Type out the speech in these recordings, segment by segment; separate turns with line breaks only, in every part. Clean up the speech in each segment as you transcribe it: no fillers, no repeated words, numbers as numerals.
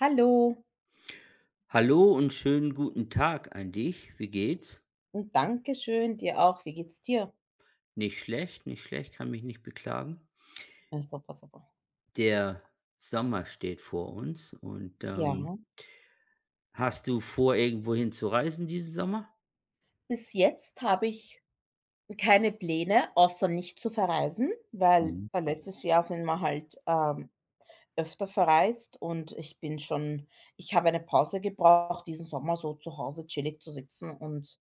Hallo,
Hallo und schönen guten Tag an dich. Wie geht's?
und Dankeschön dir auch. Wie geht's dir?
Nicht schlecht, nicht schlecht, kann mich nicht beklagen.
Ja, super, super.
Der Sommer steht vor uns und,
Ja,
hast du vor, irgendwohin zu reisen diesen Sommer?
bis jetzt habe ich keine Pläne, außer nicht zu verreisen, weil
Mhm.
letztes Jahr sind wir halt öfter verreist und ich bin schon, ich habe eine Pause gebraucht, diesen Sommer so zu Hause chillig zu sitzen und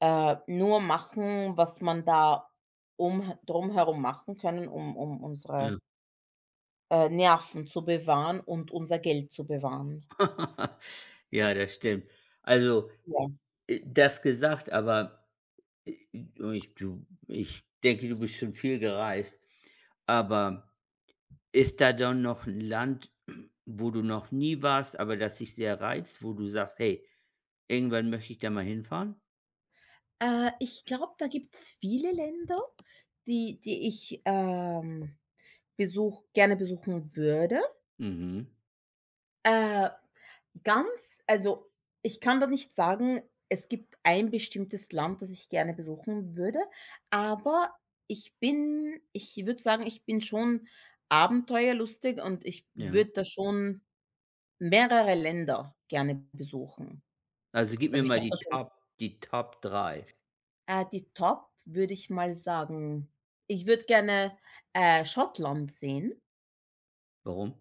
nur machen, was man da drumherum machen können, um unsere
Ja.
Nerven zu bewahren und unser Geld zu bewahren.
Ja, das stimmt. Also,
Ja.
das gesagt, aber, äh, ich denke, du bist schon viel gereist, aber ist da dann noch ein Land, wo du noch nie warst, aber das dich sehr reizt, wo du sagst: „Hey, irgendwann möchte ich da mal hinfahren?"
Ich glaube, da gibt's viele Länder, die ich besuch gerne besuchen würde.
Mhm,
Äh, ganz also, ich kann da nicht sagen, es gibt ein bestimmtes Land, das ich gerne besuchen würde, aber ich würde sagen, ich bin schon abenteuerlustig und ich
ja.
würde da schon mehrere Länder gerne besuchen.
Also, gib mir
Also, ich
mal
habe da
die
schon.
Top die Top drei.
Die Top würde ich mal sagen, ich würde gerne Schottland sehen.
Warum?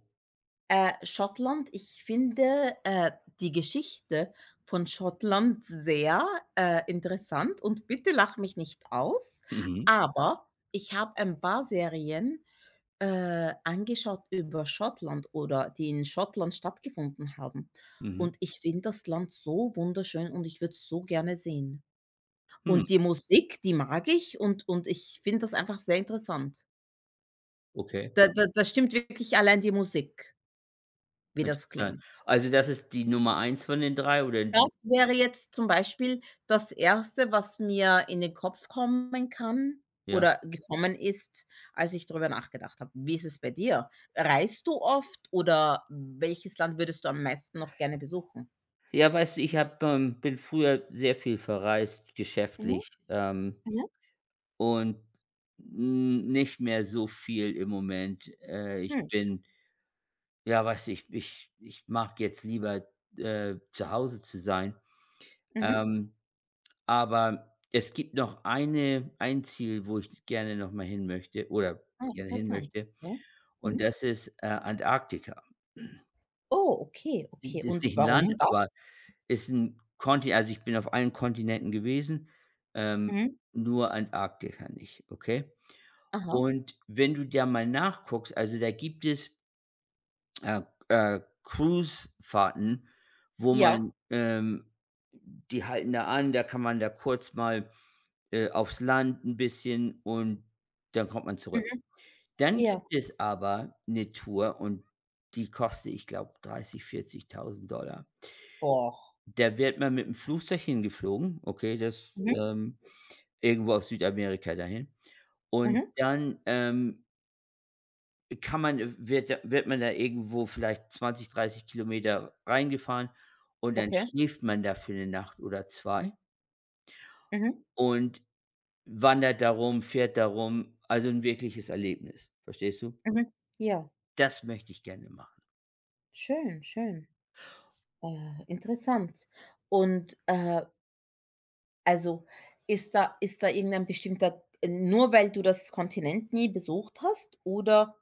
Schottland, ich finde die Geschichte von Schottland sehr interessant, und bitte lach mich nicht aus,
Mhm,
aber ich habe ein paar Serien angeschaut über Schottland oder die in Schottland stattgefunden haben, und
mhm.
ich finde das Land so wunderschön und ich würde es so gerne sehen.
Hm,
Und die Musik, die mag ich, und ich finde das einfach sehr interessant.
okay,
Da stimmt wirklich allein die Musik, wie das
interessant.
klingt.
Also, das ist die Nummer eins von den drei oder die,
Das wäre jetzt zum Beispiel das erste, was mir in den Kopf kommen kann
ja.
oder gekommen ist, als ich darüber nachgedacht habe. Wie ist es bei dir? Reist du oft, oder welches Land würdest du am meisten noch gerne besuchen?
Ja, weißt du, ich habe, bin früher sehr viel verreist
Mhm,
geschäftlich,
mhm,
und n nicht mehr so viel im Moment. Ich
mhm,
bin. Ja, weißt du, ich mag jetzt lieber, zu Hause zu sein.
mhm.
Ähm, aber es gibt noch ein Ziel, wo ich gerne noch mal hin möchte oder
Ah,
gerne hin
interessant.
möchte,
Okay.
und
Mhm.
das ist, Antarktika.
Oh, okay, okay.
Das ist
Und
nicht ein Land,
warum
aber
das?
ist ein Konti, also, ich bin auf allen Kontinenten gewesen, ähm,
Mhm.
nur Antarktika nicht, okay?
Aha.
Und wenn du da mal nachguckst, also, da gibt es äh, Cruisefahrten, wo
Ja.
man, die halten da an, da kann man da kurz mal, aufs Land ein bisschen, und dann kommt man zurück.
Mhm.
Dann gibt
Ja.
es aber eine Tour und die kostet, ich glaube, 30.000 Dollar.
Doch.
Da wird man mit dem Flugzeug hingeflogen, okay, das,
Mhm.
irgendwo aus Südamerika dahin. Und
Mhm.
dann, Kann man wird da wird man da irgendwo vielleicht 20, 30 Kilometer reingefahren, und dann
Okay.
schläft man da für eine Nacht oder 2
Mhm.
und wandert darum fährt darum, also ein wirkliches Erlebnis, verstehst du?
Mhm. Ja,
Das möchte ich gerne machen.
schön, schön. Interessant. Und, also, ist da, irgendein bestimmter, nur weil du das Kontinent nie besucht hast, oder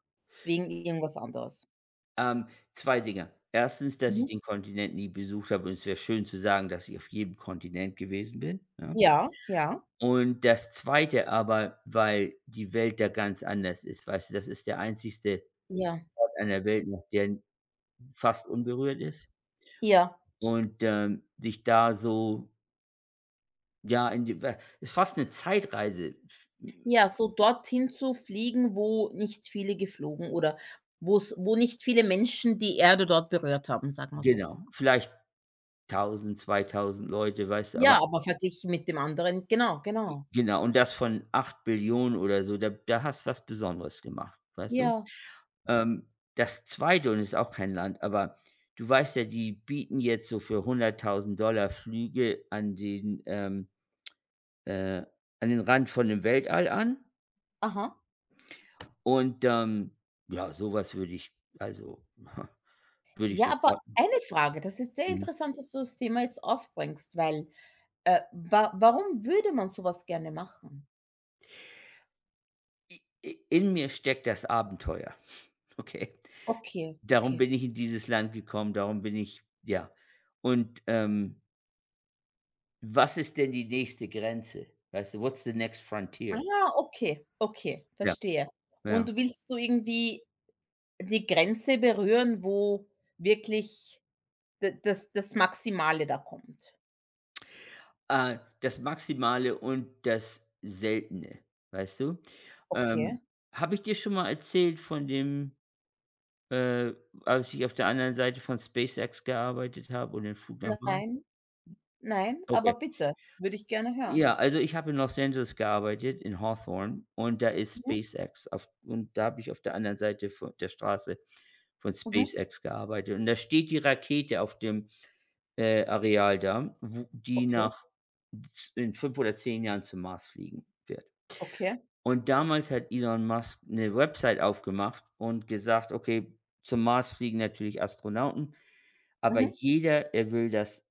wegen irgendwas anderes?
Ähm, 2 Dinge: Erstens, dass ich
Mhm.
den Kontinent nie besucht habe, und es wäre schön zu sagen, dass ich auf jedem Kontinent gewesen bin, ne?
Ja, ja,
Und das zweite, aber weil die Welt da ganz anders ist, weißt du? Das ist der einzigste
ja,
Ort an der Welt noch, der fast unberührt ist,
ja.
und, sich da so, ja, in die we ist fast eine Zeitreise. F
Ja, so dorthin zu fliegen, wo nicht viele geflogen, oder wo nicht viele Menschen die Erde dort berührt haben, sagen wir so.
genau, vielleicht 1.000, 2.000 Leute, weißt du, aber
Ja, aber verglichen mit dem anderen, genau, genau.
genau, und das von 8 Billionen oder so, da hast du was Besonderes gemacht, weißt du?
Ja,
Ähm, das zweite, und es ist auch kein Land, aber du weißt ja, die bieten jetzt so für 100.000 Flüge äh an den Rand von dem Weltall an.
aha.
Und, ja, sowas würde ich, also, würde ich
Ja, aber
sofort.
eine Frage, das ist sehr
Mhm.
interessant, dass du das Thema jetzt aufbringst, weil wa warum würde man sowas gerne machen?
I i in mir steckt das Abenteuer, okay?
Okay,
Darum
okay.
bin ich in dieses Land gekommen, darum bin ich, ja. Und, was ist denn die nächste Grenze? Weißt du, what's the next frontier?
Ah, okay, okay,
Ja,
verstehe.
ja.
Und willst du irgendwie die Grenze berühren, wo wirklich d das Maximale da kommt?
Das Maximale und das Seltene, weißt du? Ähm,
Okay.
habe ich dir schon mal erzählt von dem. Äh, als ich auf der anderen Seite von SpaceX gearbeitet habe und den Flug nach Mars.
Nein, nein, aber
Okay.
bitte, würde ich gerne hören.
Ja, also ich habe in Los Angeles gearbeitet, in Hawthorne, und da ist
Mhm,
SpaceX auf, und da habe ich auf der anderen Seite von der Straße von
mhm,
SpaceX gearbeitet. Und da steht die Rakete auf dem, Areal da, wo die
okay,
nach z in 5 oder 10 Jahren zum Mars fliegen wird.
okay,
Und damals hat Elon Musk eine Website aufgemacht und gesagt: „Okay, zum Mars fliegen natürlich Astronauten, aber
mhm.
jeder, er will, dass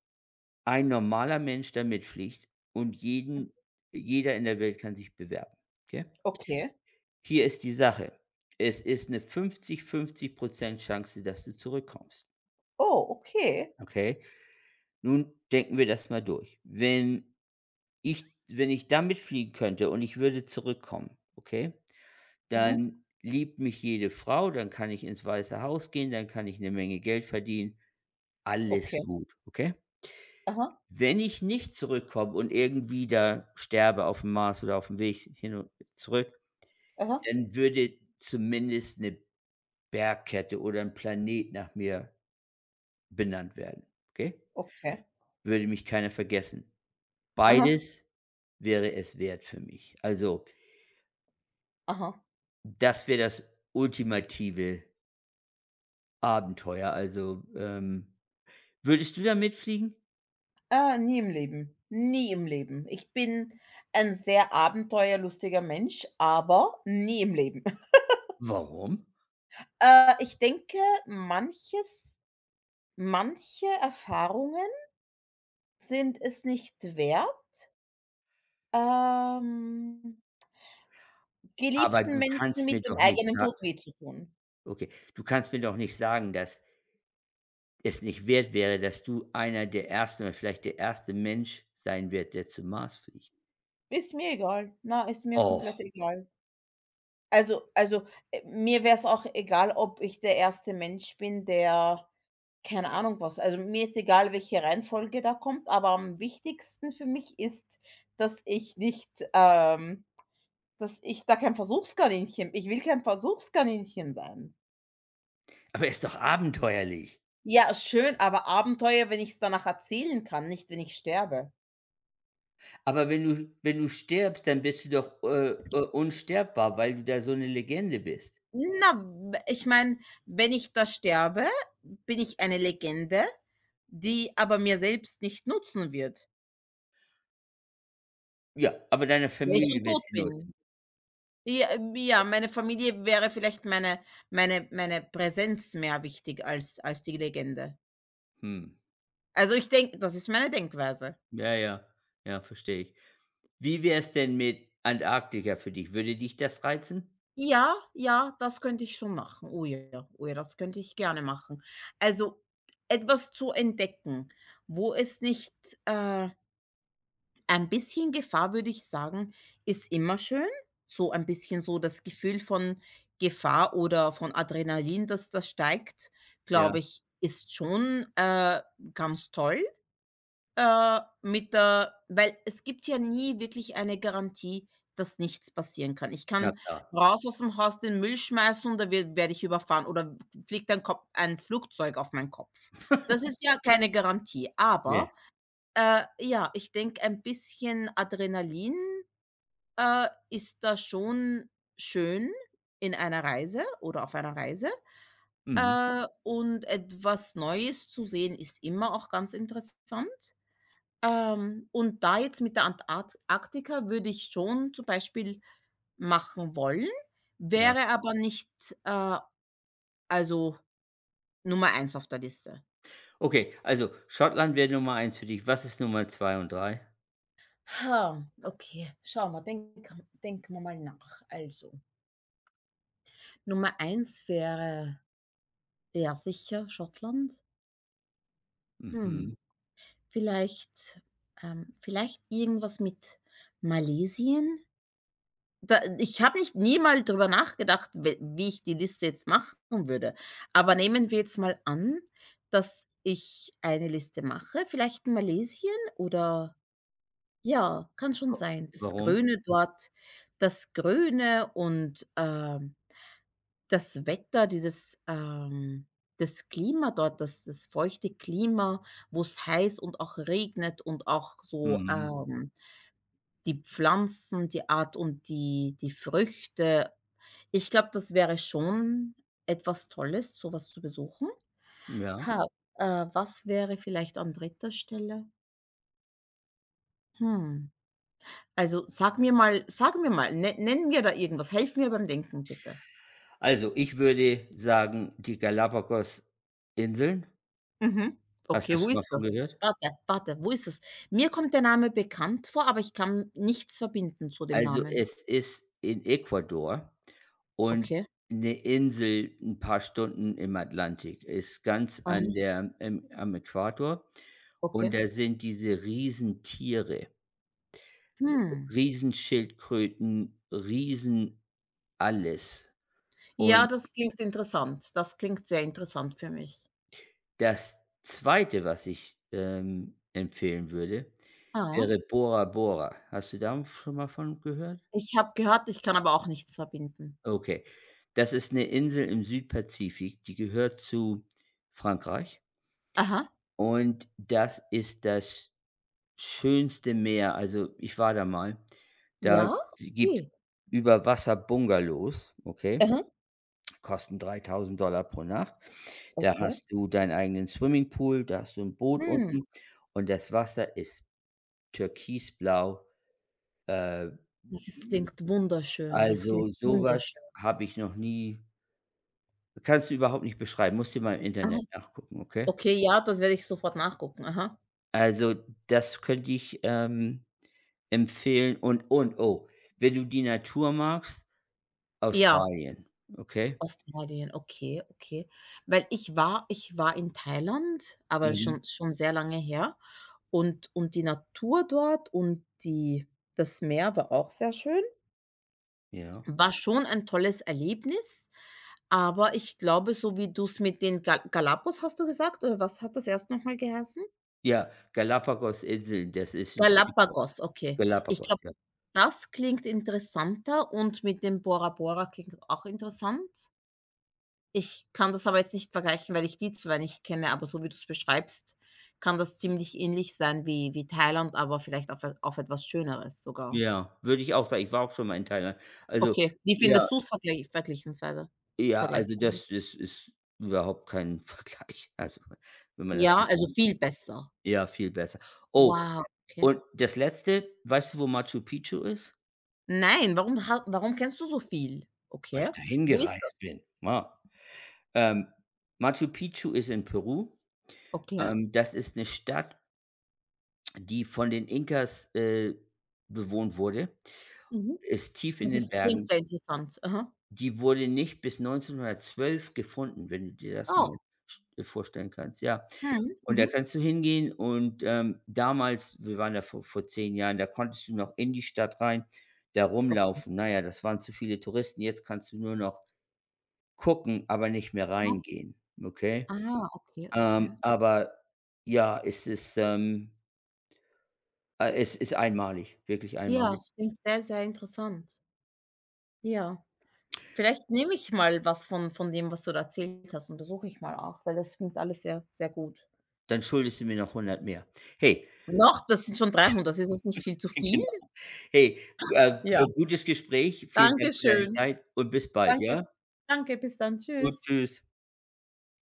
ein normaler Mensch da mitfliegt, und jeden jeder in der Welt kann sich bewerben, okay?
Okay.
Hier ist die Sache: Es ist 'ne 50-50 Chance, dass du zurückkommst,
Oh, okay.
okay? Nun denken wir das mal durch. Ich wenn ich damit fliegen könnte und ich würde zurückkommen, okay,
Mhm.
dann liebt mich jede Frau, dann kann ich ins Weiße Haus gehen, dann kann ich eine Menge Geld verdienen, alles
Okay.
gut, okay?
Aha,
Wenn ich nicht zurückkomme und irgendwie da sterbe auf dem Mars oder auf dem Weg hin und zurück,
aha,
dann würde zumindest eine Bergkette oder ein Planet nach mir benannt werden, okay?
okay.
Würde mich keiner vergessen.
Aha,
Beides wäre es wert für mich. Also,
aha.
das wäre das ultimative Abenteuer. Also, würdest du da mitfliegen?
Ah, nie im Leben. Nie im Leben. Ich bin ein sehr abenteuerlustiger Mensch, aber nie im Leben.
Warum?
Ich denke, manches manche Erfahrungen sind es nicht wert, ähm,
Aber
geliebten
du
Menschen
kannst mir
mit dem
doch nicht
eigenen
sa
Tod weh zu tun.
okay, du kannst mir doch nicht sagen, dass es nicht wert wäre, dass du einer der Ersten oder vielleicht der erste Mensch sein wird, der zum Mars fliegt.
Ist mir egal. Na, ist mir
Oh,
komplett egal. Also, mir wäre es auch egal, ob ich der erste Mensch bin, der keine Ahnung was, also, mir ist egal, welche Reihenfolge da kommt, aber am wichtigsten für mich ist, dass ich nicht dass ich da kein Versuchskaninchen, ich will kein Versuchskaninchen sein.
aber ist doch abenteuerlich.
Ja, schön, aber Abenteuer, wenn ich es danach erzählen kann, nicht wenn ich sterbe.
Aber wenn du stirbst, dann bist du doch, unsterbbar, weil du da so eine Legende bist.
Na, w ich meine, wenn ich da sterbe, bin ich eine Legende, die aber mir selbst nicht nutzen wird.
Ja, aber deine
Weil ich
Familie
schon
wird
tot
sie
bin.
nutzen.
Ja, ja, meine Familie wäre vielleicht meine, meine Präsenz mehr wichtig als als die Legende.
Mhm.
Also, ich denke, das ist meine Denkweise.
Ja, ja. Ja, verstehe ich. Wie wär's denn mit Antarktika für dich? Würde dich das reizen?
Ja, ja, das könnte ich schon machen. Oh ja, oh ja, das könnte ich gerne machen. Also, etwas zu entdecken, wo es nicht äh ein bisschen Gefahr, würde ich sagen, ist immer schön. So ein bisschen so das Gefühl von Gefahr oder von Adrenalin, dass das steigt,
Ja,
glaube ich, ist schon ganz toll, mit der weil es gibt ja nie wirklich eine Garantie, dass nichts passieren kann. Ich
na
kann
klar.
raus aus dem Haus den Müll schmeißen und da werde ich überfahren, oder fliegt ein Kop ein Flugzeug auf meinen Kopf. Das ist ja keine Garantie,
Ne.
aber ja, ich denke, ein bisschen Adrenalin ist da schon schön in einer Reise oder auf einer Reise.
Mhm.
Und etwas Neues zu sehen ist immer auch ganz interessant. Und da jetzt mit der Antarktika würde ich schon zum Beispiel machen wollen,
Ja.
wäre aber nicht, äh, also Nummer eins auf der Liste.
Okay, also Schottland wäre Nummer eins für dich. Was ist Nummer 2 und drei?
Ha, okay, schauen wir, denken wir mal nach. Also Nummer eins wäre ja sicher Schottland.
Mhm.
Hm, vielleicht, vielleicht irgendwas mit Malesien? Da ich habe nicht nie mal drüber nachgedacht, we wie ich die Liste jetzt machen würde. Aber nehmen wir jetzt mal an, dass ich eine Liste mache, vielleicht Malesien oder ja, kann schon sein.
Wa warum?
Das Grüne und das Wetter, dieses das Klima dort, das feuchte Klima, wo es heiß und auch regnet und auch so
Mhm,
die Pflanzen, die Art und die Früchte. Ich glaube, das wäre schon etwas Tolles, so was zu besuchen.
ja.
Ha was wäre vielleicht an dritter Stelle? Hm, also, sag mir mal, nenn mir da irgendwas. Helf mir beim Denken, bitte.
Also, ich würde sagen, die Galapagos-Inseln.
Mhm.
Hast du
Okay,
das
wo
schon mal
ist
von
das?
gehört?
Warte, warte, wo ist das? Mir kommt der Name bekannt vor, aber ich kann nichts verbinden zu dem
Also,
Namen.
es ist in Ecuador und
Okay.
eine Insel ein paar Stunden im Atlantik, ist ganz
Aha,
an der, im am Äquator, und
okay.
da sind diese Riesentiere,
Hm.
Riesenschildkröten, Riesen, alles.
Ja,
Und
das klingt interessant. Das klingt sehr interessant für mich.
das Zweite, was ich, empfehlen würde,
Ah.
wäre Bora Bora. Hast du da schon mal von gehört?
Ich habe gehört, ich kann aber auch nichts verbinden.
Okay. Das ist eine Insel im Südpazifik, die gehört zu Frankreich,
Aha.
und das ist das schönste Meer. Also, ich war da mal. Da
Ja?
gibt
Okay.
über Wasser Bungalows, okay?
Aha,
Kosten 3.000 Dollar pro Nacht. Da
okay.
hast du deinen eigenen Swimmingpool, da hast du ein Boot
Hm,
unten, und das Wasser ist türkisblau. äh
das ist klingt wunderschön. Das
Also,
klingt
sowas
wunderschön.
habe ich noch nie, kannst du überhaupt nicht beschreiben, musst du mal im
Aha.
Internet nachgucken, okay?
Okay, ja, das werde ich sofort nachgucken. Aha.
Also, das könnte ich, empfehlen, und oh, wenn du die Natur magst,
Ja.
Australien, okay?
Australien, okay, okay. Weil ich war in Thailand, aber
Mhm,
schon, schon sehr lange her, und die Natur dort und die das Meer war auch sehr schön.
ja.
War schon ein tolles Erlebnis, aber ich glaube, so wie du's mit den Ga Galapagos hast du gesagt, oder was hat das erst noch mal geheißen?
Ja, Galapagosinseln, das ist ein Stück von
Galapagos, okay. Ich
Galapagos,
glaube,
ja.
das klingt interessanter, und mit dem Bora Bora klingt auch interessant. Ich kann das aber jetzt nicht vergleichen, weil ich die 2 nicht kenne, aber so wie du es beschreibst, kann das ziemlich ähnlich sein wie Thailand, aber vielleicht auf e auf etwas Schöneres sogar.
Ja, würde ich auch sagen. Ich war auch schon mal in Thailand. Also,
Okay, wie
ja,
findest du's
ja, also,
vergleichsweise?
das ist überhaupt kein Vergleich. Also, wenn man das mal
Ja, also
sagen,
viel besser.
ja, viel besser. Oh.
Wow, okay.
Und das Letzte, weißt du, wo Machu Picchu ist?
Nein, warum ha warum kennst du so viel?
Weil ich
Okay.
da
Wo ist
hingereist
das?
bin. Wow. Ähm, Machu Picchu ist in Peru.
Okay.
Das ist eine Stadt, die von den Inkas, bewohnt wurde,
Mhm.
ist tief in
Das
den
ist klingt
Bergen.
sehr interessant. Aha.
Die wurde nicht bis 1912 gefunden, wenn du dir das mal
Oh.
sch vorstellen kannst, ja.
Mhm.
Und da
Mhm.
kannst du hingehen, und, damals, wir waren da vor 10 Jahren, da konntest du noch in die Stadt rein, da
Okay.
rumlaufen. Naja, das waren zu viele Touristen. Jetzt kannst du nur noch gucken, aber nicht mehr
Aha.
reingehen, okay?
Ah, okay,
Ähm,
okay.
aber ja, es ist einmalig, wirklich
Ja,
einmalig.
es klingt sehr, sehr interessant. Ja. Vielleicht nehme ich mal was von dem, was du da erzählt hast, untersuche ich mal auch, weil das klingt alles sehr, sehr gut.
Dann schuldest du mir noch 100 mehr. Hey.
Noch, das sind schon 300, das ist jetzt nicht viel zu viel?
Hey,
Ja,
gutes Gespräch. Vielen
danke
Dank für deine
schön.
Zeit und bis bald,
Danke.
ja?
Danke, bis dann.
Gut,
Tschüss.
tschüss.